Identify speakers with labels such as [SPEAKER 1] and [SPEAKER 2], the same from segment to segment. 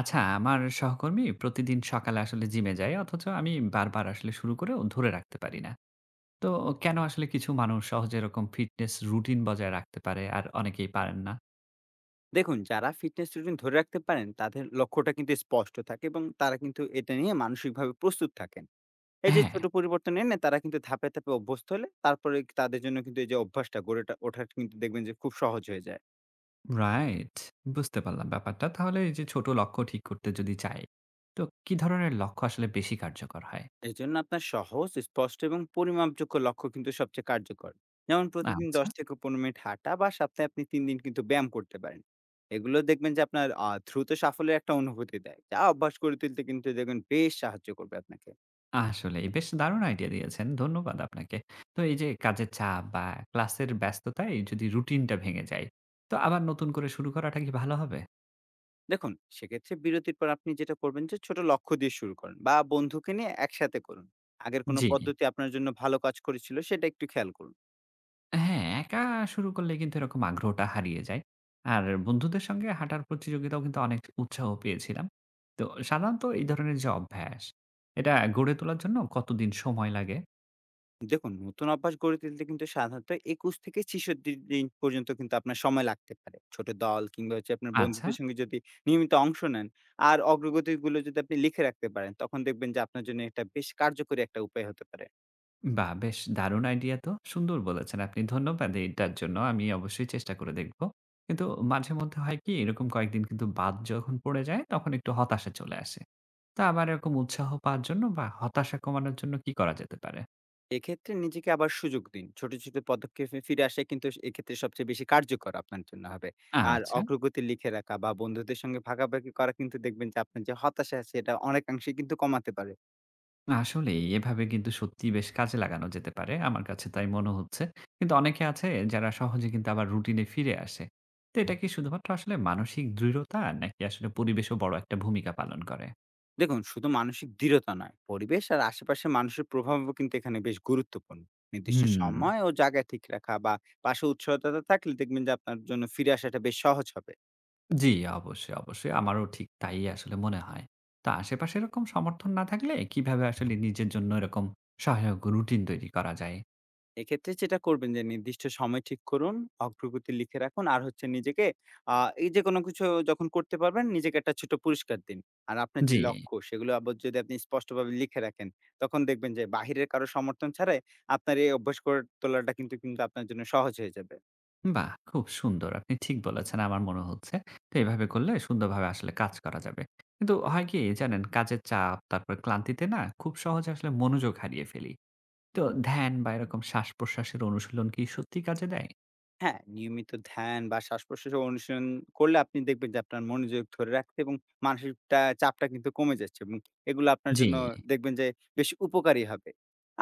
[SPEAKER 1] আচ্ছা, আমার সহকর্মী প্রতিদিন সকালে আসলে জিমে যায় অথচ আমি বারবার আসলে শুরু করেও ধরে রাখতে পারি না। তো কেন আসলে কিছু মানুষ সহজে এরকম ফিটনেস রুটিন বজায় রাখতে পারে আর অনেকেই পারেন না?
[SPEAKER 2] দেখুন যারা ফিটনেস রুটিন ধরে রাখতে পারেন তাদের লক্ষ্যটা কিন্তু স্পষ্ট থাকে এবং তারা কিন্তু এটা নিয়ে মানসিকভাবে প্রস্তুত থাকেন। এই যে
[SPEAKER 1] হ্যাঁ,
[SPEAKER 2] ছোট পরিবর্তন এনে তারা কিন্তু ধাপে ধাপে অভ্যস্ত হলে তারপরে তাদের জন্য কিন্তু এই যে অভ্যাসটা গড়ে ওঠার কিন্তু দেখবেন যে খুব সহজ হয়ে যায়।
[SPEAKER 1] রাইট। বুঝতে পারলাম ব্যাপারটা। তাহলে এই যে ছোট লক্ষ্য ঠিক করতে যদি চাই, তো কি ধরনের লক্ষ্য আসলে বেশি কার্যকর হয়?
[SPEAKER 2] এই জন্য আপনার সহজ স্পষ্ট এবং পরিমাপযোগ্য লক্ষ্য কিন্তু সবচেয়ে কার্যকর। যেমন প্রতিদিন
[SPEAKER 1] আচ্ছা,
[SPEAKER 2] ১০ থেকে ১৫ মিনিট হাঁটা বা সপ্তাহে আপনি ৩ দিন কিন্তু ব্যায়াম করতে পারেন। এগুলো দেখবেন যে আপনার দ্রুত সাফল্যের একটা অনুভূতি দেয় যা অভ্যাস করে তুলতে কিন্তু দেখবেন বেশ সাহায্য করবে আপনাকে।
[SPEAKER 1] আসলেই বেশ দারুণ আইডিয়া দিয়েছেন। ধন্যবাদ আপনাকে। তো এই যে কাজের চাপ বা ক্লাসের ব্যস্ততায় যদি রুটিনটা ভেঙে যায়, তো আবার নতুন করে শুরু করাটা কি ভালো হবে?
[SPEAKER 2] দেখুন সেক্ষেত্রে বিরতির পর আপনি যেটা করবেন যে ছোট লক্ষ্য দিয়ে শুরু করুন বা বন্ধুকে নিয়ে একসাথে করুন। আগের কোনো
[SPEAKER 1] জি।
[SPEAKER 2] পদ্ধতি আপনার জন্য ভালো কাজ করেছিল সেটা একটু খেয়াল করুন।
[SPEAKER 1] হ্যাঁ, একা শুরু করলে কিন্তু এরকম আগ্রহটা হারিয়ে যায়। আর বন্ধুদের সঙ্গে হাঁটার প্রতিযোগিতাও কিন্তু অনেক উৎসাহ পেয়েছিলাম। তো সাধারণত এই ধরনের যে অভ্যাস, এটা গড়ে তোলার জন্য কতদিন সময় লাগে?
[SPEAKER 2] দেখুন নতুন অভ্যাস গড়ে তুলতে কিন্তু সাধারণত ২১ থেকে ৬৬ দিন পর্যন্ত কিন্তু আপনার সময় লাগতে পারে। ছোট দল কিংবা হচ্ছে আপনার
[SPEAKER 1] আচ্ছা,
[SPEAKER 2] বন্ধুদের সঙ্গে যদি নিয়মিত অংশ নেন আর অগ্রগতিগুলো যদি আপনি লিখে রাখতে পারেন তখন দেখবেন যে আপনার জন্য এটা বেশ কার্যকরী একটা উপায় হতে পারে।
[SPEAKER 1] বাহ! বেশ দারুণ আইডিয়া তো। সুন্দর বলেছেন আপনি। ধন্যবাদ এইটার জন্য। আমি অবশ্যই চেষ্টা করে দেখব। কিন্তু মাঝে মধ্যে হয় কি এরকম কয়েকদিন কিন্তু বাদ যখন পড়ে যায় তখন একটু হতাশা চলে আসে। তা আবার এরকম উৎসাহ পাওয়ার জন্য বা হতাশা কমানোর জন্য কি করা যেতে পারে?
[SPEAKER 2] এক্ষেত্রে নিজেকে আবার সুযোগ দিন। ছোট, ছোট পদক্ষেপে ফিরে আসা কিন্তু এক্ষেত্রে সবচেয়ে বেশি কার্যকর আপনার জন্য হবে। আর
[SPEAKER 1] আচ্ছা।
[SPEAKER 2] অগ্রগতি লিখে রাখা বা বন্ধুদের সঙ্গে ভাগাভাগি করা কিন্তু দেখবেন যে আপনার যে হতাশা আছে এটা অনেকাংশেই কিন্তু কমাতে পারে।
[SPEAKER 1] না আসলেই এভাবে কিন্তু সত্যিই বেশ কাজে লাগানো যেতে পারে। আমার কাছে তাই মনে হচ্ছে। কিন্তু অনেকে আছে যারা সহজে কিন্তু আবার রুটিনে ফিরে আসে। তো এটা কি শুধুমাত্র আসলে মানসিক দৃঢ়তা নাকি আসলে পরিবেশও বড় একটা ভূমিকা পালন করে?
[SPEAKER 2] দেখুন শুধু মানসিক দৃঢ়তা নয়, পরিবেশ আর আশেপাশের মানুষের প্রভাবও কিন্তু এখানে বেশ গুরুত্বপূর্ণ। নির্দিষ্ট
[SPEAKER 1] হুম,
[SPEAKER 2] সময় ও জায়গা ঠিক রাখা বা পাশে উৎসাহদাতা থাকলে দেখবেন যে আপনার জন্য ফিরে আসাটা বেশ সহজ হবে।
[SPEAKER 1] জি অবশ্যই, অবশ্যই। আমারও ঠিক তাই আসলে মনে হয়। তো আশেপাশে এরকম সমর্থন না থাকলে কিভাবে আসলে নিজের জন্য এরকম সহায়ক রুটিন তৈরি করা যায়?
[SPEAKER 2] এক্ষেত্রে যেটা করবেন যে নির্দিষ্ট সময় ঠিক করুন, অগ্রগতি লিখে রাখুন। আর হচ্ছে নিজেকে আ এই যে কোনো কিছু যখন করতে পারবেন নিজেকে একটা ছোট পুরস্কার দিন। আর আপনার যে
[SPEAKER 1] জি।
[SPEAKER 2] লক্ষ্য সেগুলো আবার যদি আপনি স্পষ্টভাবে লিখে রাখেন, তখন দেখবেন যে বাহিরের কারো সমর্থন ছাড়াই আপনার এই অভ্যাস করে তোলাটা কিন্তু আপনার জন্য সহজ হয়ে যাবে।
[SPEAKER 1] বাহ! খুব সুন্দর। আপনি ঠিক বলেছেন, আমার মনে হচ্ছে। তো এভাবে করলে সুন্দরভাবে আসলে কাজ করা যাবে। কিন্তু হয় কি জানেন, কাজের চাপ, তারপর ক্লান্তিতে না খুব সহজে আসলে মনোযোগ হারিয়ে ফেলি। তো ধ্যান বা এরকম শ্বাস-প্রশ্বাসের অনুশীলন কি সত্যিই কাজে দেয়?
[SPEAKER 2] হ্যাঁ, নিয়মিত ধ্যান বা শ্বাস-প্রশ্বাসের অনুশীলন করলে আপনি দেখবেন যে আপনার মনোযোগ ধরে রাখতে এবং মানসিক টা চাপটা কিন্তু কমে যাচ্ছে এবং এগুলো আপনার
[SPEAKER 1] জি।
[SPEAKER 2] জন্য দেখবেন যে বেশ উপকারী হবে।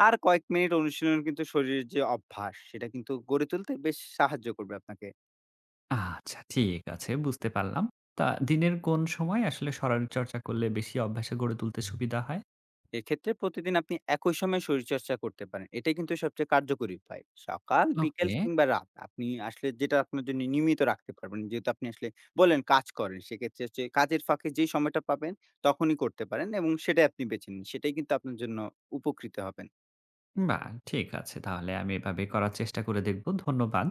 [SPEAKER 2] আর কয়েক মিনিট অনুশীলন কিন্তু শরীরের যে অভ্যাস, সেটা কিন্তু গড়ে তুলতে বেশ সাহায্য করবে আপনাকে।
[SPEAKER 1] আচ্ছা, ঠিক আছে। বুঝতে পারলাম। তা দিনের কোন সময় আসলে শরীরচর্চা করলে বেশি অভ্যাসে গড়ে তুলতে সুবিধা হয়?
[SPEAKER 2] এক্ষেত্রে প্রতিদিন আপনি একই সময়ে শরীরচর্চা করতে পারেন। এটাই কিন্তু সবচেয়ে কার্যকরী উপায়। সকাল, বিকেল
[SPEAKER 1] ওকে,
[SPEAKER 2] কিংবা রাত আপনি আসলে যেটা আপনার জন্য নিয়মিত রাখতে পারবেন। যেহেতু আপনি আসলে বললেন কাজ করেন, সেক্ষেত্রে হচ্ছে কাজের ফাঁকে যেই সময়টা পাবেন তখনই করতে পারেন এবং সেটাই আপনি বেছে নিন। সেটাই কিন্তু আপনার জন্য উপকৃত হবেন।
[SPEAKER 1] বাহ! ঠিক আছে। তাহলে আমি এভাবে করার চেষ্টা করে দেখব। ধন্যবাদ।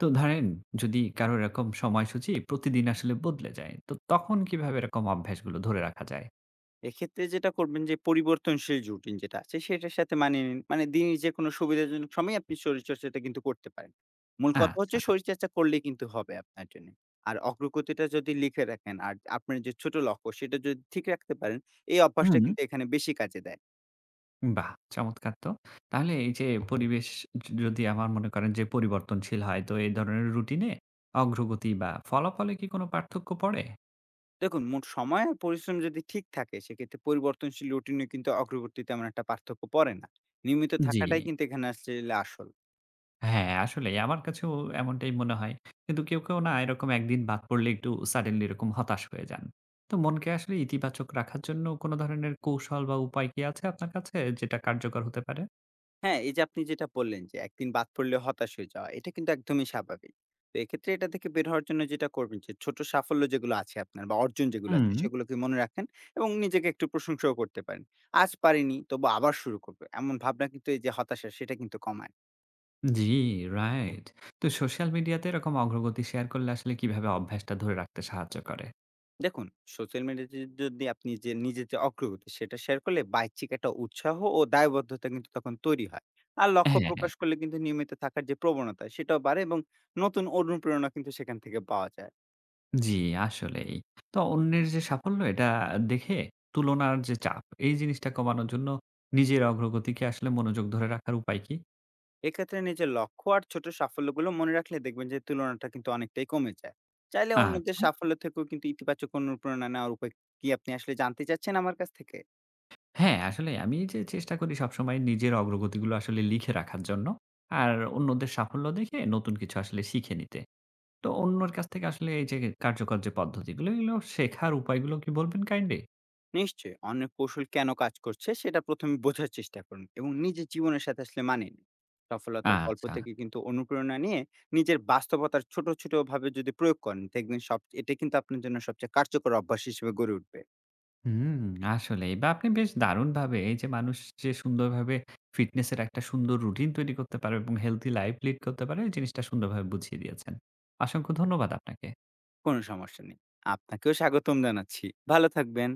[SPEAKER 1] তো ধরেন যদি কারো এরকম সময়সূচি প্রতিদিন আসলে বদলে যায়, তো তখন কিভাবে এরকম অভ্যাসগুলো ধরে রাখা যায়?
[SPEAKER 2] এক্ষেত্রে যেটা করবেন যে পরিবর্তনশীল রুটিন যেটা আছে সেটার সাথে মানিয়ে নিন। মানে দিনের যে কোনো সুবিধাজনক সময়ে আপনি শরীরচর্চাটা কিন্তু করতে পারেন। মূল কথা হচ্ছে
[SPEAKER 1] আচ্ছা।
[SPEAKER 2] শরীরচর্চা করলেই কিন্তু হবে আপনার জন্য। আর অগ্রগতিটা যদি লিখে রাখেন আর আপনার যে ছোট লক্ষ্য সেটা যদি ঠিক রাখতে পারেন, এই অভ্যাসটা
[SPEAKER 1] হুম,
[SPEAKER 2] কিন্তু এখানে বেশি কাজে দেয়।
[SPEAKER 1] বাহ! চমৎকার তো। তাহলে এই যে পরিবেশ যদি আমার মনে করেন যে পরিবর্তনশীল হয়, তো এই ধরনের রুটিনে অগ্রগতি বা ফলাফলে কি কোনো পার্থক্য পড়ে?
[SPEAKER 2] দেখুন মোট সময় আর পরিশ্রম যদি ঠিক থাকে সেক্ষেত্রে পরিবর্তনশীল রুটিনে কিন্তু অগ্রগতি তেমন একটা পার্থক্য পড়ে না। নিয়মিত
[SPEAKER 1] জি।
[SPEAKER 2] থাকাটাই কিন্তু এখানে আসলে আসল।
[SPEAKER 1] হ্যাঁ, আসলেই আমার কাছেও এমনটাই মনে হয়। কিন্তু কেউ না এরকম একদিন বাদ পড়লে একটু সাডেনলি এরকম হতাশ হয়ে যান। তো মনকে আসলে ইতিবাচক রাখার জন্য কোন ধরনের কৌশল বা উপায় কি আছে আপনার কাছে যেটা কার্যকর হতে পারে?
[SPEAKER 2] হ্যাঁ, এই যে আপনি যেটা বললেন যে একদিন বাদ পড়লে হতাশ হয়ে যাওয়া, এটা কিন্তু একদমই স্বাভাবিক। তো এক্ষেত্রে এটা থেকে বের হওয়ার জন্য যেটা করবেন যে ছোট সাফল্য যেগুলো আছে আপনার বা অর্জন যেগুলো আছে
[SPEAKER 1] হুম,
[SPEAKER 2] সেগুলোকে মনে রাখেন এবং নিজেকে একটু প্রশংসাও করতে পারেন। আজ পারিনি তবু আবার শুরু করব। এমন ভাবনা কিন্তু এই যে হতাশা সেটা কিন্তু কমায়।
[SPEAKER 1] জি, রাইট। তো সোশ্যাল মিডিয়াতে এরকম অগ্রগতি শেয়ার করলে আসলে কিভাবে অভ্যাসটা ধরে রাখতে সাহায্য করে?
[SPEAKER 2] দেখুন সোশ্যাল মিডিয়াতে যদি আপনি যে নিজের যে অগ্রগতি সেটা শেয়ার করলে বাহ্যিক একটা উৎসাহ ও দায়বদ্ধতা কিন্তু তখন তৈরি হয়। আর লক্ষ্য
[SPEAKER 1] হ্যাঁ।
[SPEAKER 2] প্রকাশ করলে কিন্তু নিয়মিত থাকার যে প্রবণতা সেটাও বাড়ে এবং নতুন অনুপ্রেরণা কিন্তু সেখান থেকে পাওয়া যায়।
[SPEAKER 1] জি, আসলেই। তো অন্যের যে সাফল্য এটা দেখে তুলনার যে চাপ, এই জিনিসটা কমানোর জন্য নিজের অগ্রগতিকে আসলে মনোযোগ ধরে রাখার উপায় কি?
[SPEAKER 2] এক্ষেত্রে নিজের লক্ষ্য আর ছোট সাফল্যগুলো মনে রাখলে দেখবেন যে তুলনাটা কিন্তু অনেকটাই কমে যায়। চাইলে অন্যদের
[SPEAKER 1] আচ্ছা।
[SPEAKER 2] সাফল্য থেকেও কিন্তু ইতিবাচক অনুপ্রেরণা নেওয়ার উপায় কি আপনি আসলে জানতে চাচ্ছেন আমার কাছ থেকে?
[SPEAKER 1] হ্যাঁ, আসলে আমি যে চেষ্টা করি সবসময় নিজের অগ্রগতিগুলো আসলে লিখে রাখার জন্য। আর অন্যদের সাফল্য দেখে নতুন কিছু আসলে শিখে নিতে। তো অন্যর কাছ থেকে আসলে এই যে কার্যকর যে পদ্ধতিগুলো, এগুলো শেখার উপায়গুলো কি বলবেন কাইন্ডলি?
[SPEAKER 2] নিশ্চয়ই, অন্যের কৌশল কেন কাজ করছে সেটা ১ম এ বোঝার চেষ্টা করুন এবং নিজের জীবনের সাথে আসলে মানিয়ে নিন। সফলতার গল্প
[SPEAKER 1] আচ্ছা।
[SPEAKER 2] থেকে কিন্তু অনুপ্রেরণা নিয়ে নিজের বাস্তবতার ছোট, ছোট ভাবে যদি প্রয়োগ করেন দেখবেন সব এটা কিন্তু আপনার জন্য সবচেয়ে কার্যকর অভ্যাস হিসেবে গড়ে উঠবে।
[SPEAKER 1] হুম, আসলেই। বা আপনি বেশ দারুণভাবে এই যে মানুষ যে সুন্দরভাবে ফিটনেস এর একটা সুন্দর রুটিন তৈরি করতে পারে এবং হেলথি লাইফ লিড করতে পারে, এই জিনিসটা সুন্দরভাবে বুঝিয়ে দিয়েছেন। অসংখ্য ধন্যবাদ আপনাকে।
[SPEAKER 2] কোনো সমস্যা নেই। আপনাকেও স্বাগতম জানাচ্ছি। ভালো থাকবেন।